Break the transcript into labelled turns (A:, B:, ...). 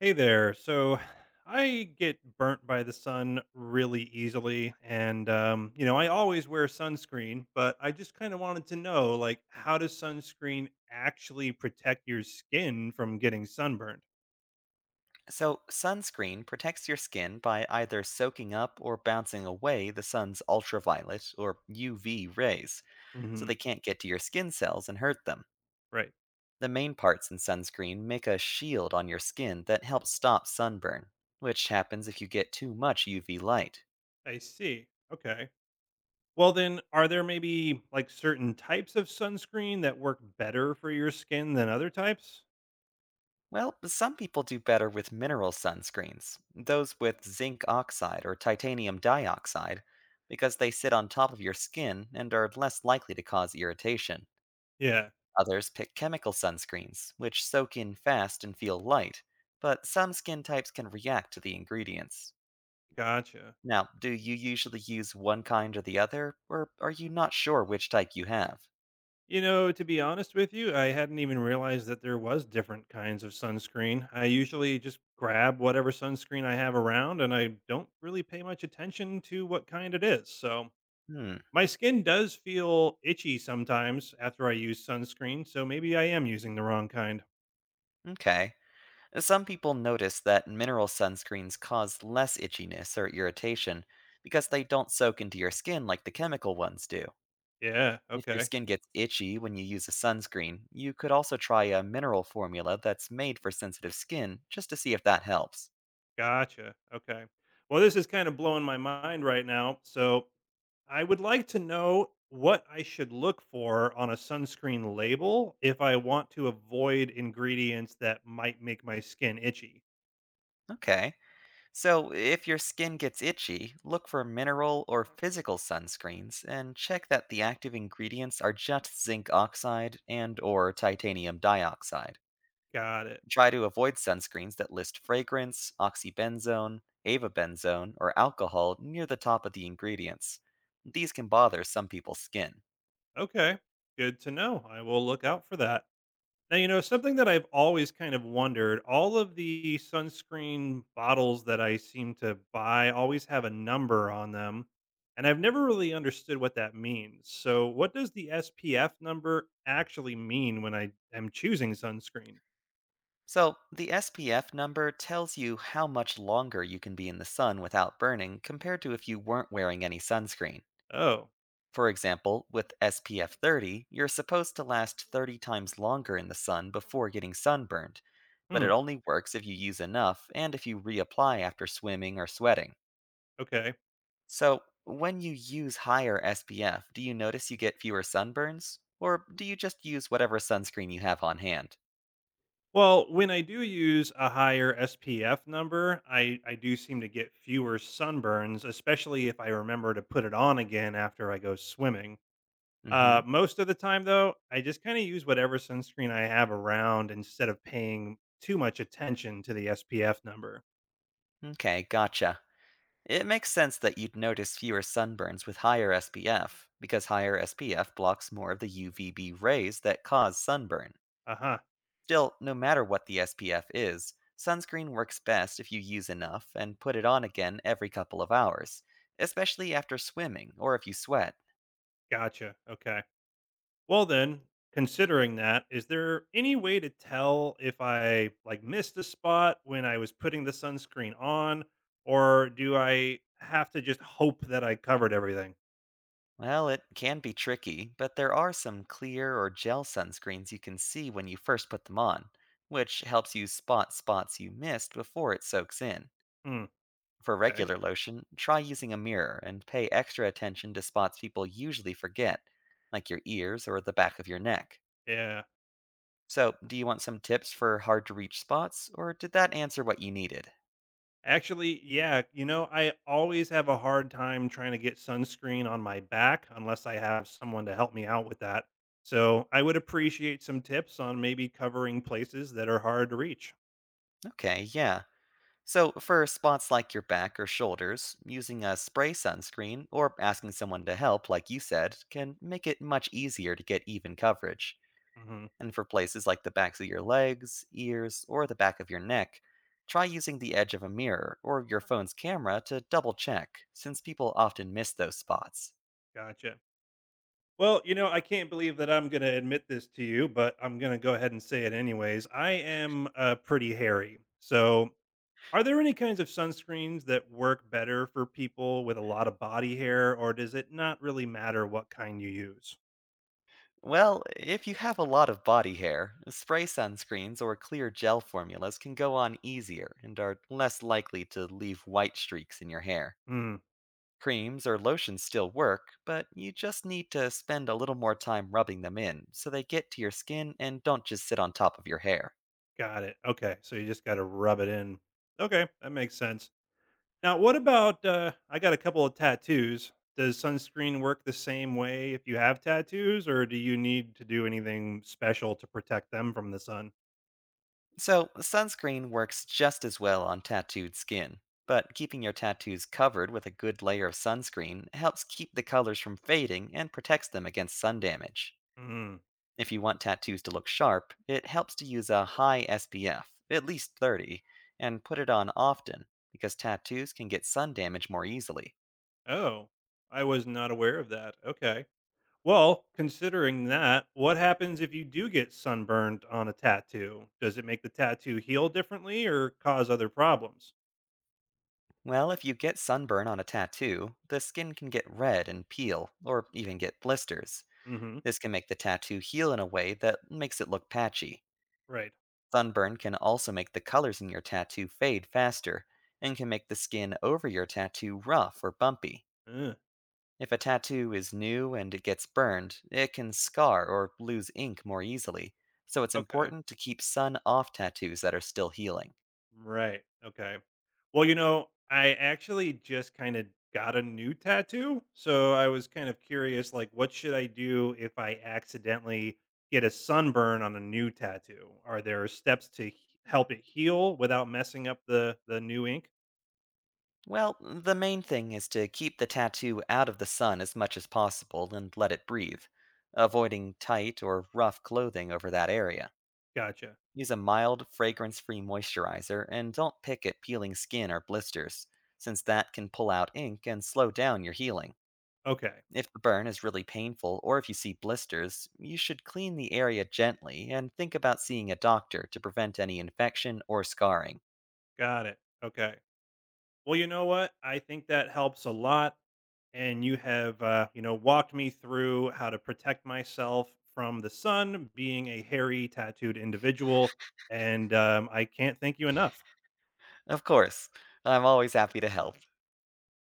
A: Hey there. So I get burnt by the sun really easily. And, I always wear sunscreen, but I just kind of wanted to know like, how does sunscreen actually protect your skin from getting sunburned?
B: So, sunscreen protects your skin by either soaking up or bouncing away the sun's ultraviolet or UV rays, so
A: Hmm.
B: they can't get to your skin cells and hurt them.
A: Right.
B: The main parts in sunscreen make a shield on your skin that helps stop sunburn, which happens if you get too much UV light.
A: I see. Okay. Well, then, are there maybe like certain types of sunscreen that work better for your skin than other types?
B: Well, some people do better with mineral sunscreens, those with zinc oxide or titanium dioxide, because they sit on top of your skin and are less likely to cause irritation.
A: Yeah.
B: Others pick chemical sunscreens, which soak in fast and feel light, but some skin types can react to the ingredients.
A: Gotcha.
B: Now, do you usually use one kind or the other, or are you not sure which type you have?
A: You know, to be honest with you, I hadn't even realized that there was different kinds of sunscreen. I usually just grab whatever sunscreen I have around and I don't really pay much attention to what kind it is. So,
B: Hmm,
A: my skin does feel itchy sometimes after I use sunscreen, so maybe I am using the wrong kind.
B: okay. Some people notice that mineral sunscreens cause less itchiness or irritation because they don't soak into your skin like the chemical ones do.
A: Yeah,
B: If your
A: okay.
B: skin gets itchy when you use a sunscreen, you could also try a mineral formula that's made for sensitive skin just to see if that helps.
A: Gotcha. Okay. Well, this is kind of blowing my mind right now. So, I would like to know what I should look for on a sunscreen label if I want to avoid ingredients that might make my skin itchy.
B: Okay. So, if your skin gets itchy, look for mineral or physical sunscreens and check that the active ingredients are just zinc oxide and or titanium dioxide.
A: Got it.
B: Try to avoid sunscreens that list fragrance, oxybenzone, avobenzone, or alcohol near the top of the ingredients. These can bother some people's skin.
A: Okay. Good to know. I will look out for that. Now, something that I've always kind of wondered, all of the sunscreen bottles that I seem to buy always have a number on them. And I've never really understood what that means. So, what does the SPF number actually mean when I am choosing sunscreen?
B: So, the SPF number tells you how much longer you can be in the sun without burning compared to if you weren't wearing any sunscreen.
A: Oh.
B: For example, with SPF 30, you're supposed to last 30 times longer in the sun before getting sunburned, but
A: Hmm,
B: it only works if you use enough and if you reapply after swimming or sweating.
A: okay.
B: So, when you use higher SPF, do you notice you get fewer sunburns? Or do you just use whatever sunscreen you have on hand?
A: Well, when I do use a higher SPF number, I do seem to get fewer sunburns, especially if I remember to put it on again after I go swimming.
B: Mm hmm.
A: Most of the time, though, I just kind of use whatever sunscreen I have around instead of paying too much attention to the SPF number.
B: Okay, gotcha. It makes sense that you'd notice fewer sunburns with higher SPF, because higher SPF blocks more of the UVB rays that cause sunburn.
A: Uh huh.
B: Still, no matter what the SPF is, sunscreen works best if you use enough and put it on again every couple of hours, especially after swimming or if you sweat.
A: Gotcha. Okay. Well then, considering that, is there any way to tell if I like missed a spot when I was putting the sunscreen on, or do I have to just hope that I covered everything?
B: Well, it can be tricky, but there are some clear or gel sunscreens you can see when you first put them on, which helps you spot spots you missed before it soaks in.
A: Hmm.
B: For
A: Okay.
B: regular lotion, try using a mirror and pay extra attention to spots people usually forget, like your ears or the back of your neck.
A: Yeah.
B: So, do you want some tips for hard to reach spots, or did that answer what you needed?
A: Actually, yeah. You know, I always have a hard time trying to get sunscreen on my back unless I have someone to help me out with that. So I would appreciate some tips on maybe covering places that are hard to reach.
B: Okay, yeah. So, for spots like your back or shoulders, using a spray sunscreen or asking someone to help, like you said, can make it much easier to get even coverage.
A: Hmm.
B: And for places like the backs of your legs, ears, or the back of your neck, try using the edge of a mirror or your phone's camera to double check, since people often miss those spots.
A: Gotcha. Well, you know, I can't believe that I'm going to admit this to you, but I'm going to go ahead and say it anyways. I am pretty hairy. So, are there any kinds of sunscreens that work better for people with a lot of body hair, or does it not really matter what kind you use?
B: Well, if you have a lot of body hair, spray sunscreens or clear gel formulas can go on easier and are less likely to leave white streaks in your hair.
A: Hmm,
B: Creams or lotions still work, but you just need to spend a little more time rubbing them in so they get to your skin and don't just sit on top of your hair.
A: got it. Okay. So, you just got to rub it in. Okay. That makes sense. Now, what about I got a couple of tattoos. Does sunscreen work the same way if you have tattoos, or do you need to do anything special to protect them from the sun?
B: So, sunscreen works just as well on tattooed skin, but keeping your tattoos covered with a good layer of sunscreen helps keep the colors from fading and protects them against sun damage.
A: Mm.
B: If you want tattoos to look sharp, it helps to use a high SPF, at least 30, and put it on often because tattoos can get sun damage more easily.
A: Oh, I was not aware of that. Okay. Well, considering that, what happens if you do get sunburned on a tattoo? Does it make the tattoo heal differently or cause other problems?
B: Well, if you get sunburn on a tattoo, the skin can get red and peel, or even get blisters.
A: Hmm.
B: This can make the tattoo heal in a way that makes it look patchy.
A: Right.
B: Sunburn can also make the colors in your tattoo fade faster, and can make the skin over your tattoo rough or bumpy.
A: Mm.
B: If a tattoo is new and it gets burned, it can scar or lose ink more easily, so it's
A: Okay.
B: important to keep sun off tattoos that are still healing.
A: Right. Okay. Well, you know, I actually just kind of got a new tattoo, so I was kind of curious like what should I do if I accidentally get a sunburn on a new tattoo? Are there help it heal without messing up the new ink?
B: Well, the main thing is to keep the tattoo out of the sun as much as possible and let it breathe, avoiding tight or rough clothing over that area.
A: Gotcha.
B: Use a mild, fragrance free moisturizer and don't pick at peeling skin or blisters, since that can pull out ink and slow down your healing.
A: Okay.
B: If the burn is really painful or if you see blisters, you should clean the area gently and think about seeing a doctor to prevent any infection or scarring.
A: Got it. Okay. Well, you know what? I think that helps a lot, and you have you know, walked me through how to protect myself from the sun, being a hairy tattooed individual, and I can't thank you enough.
B: Of course, I'm always happy to help.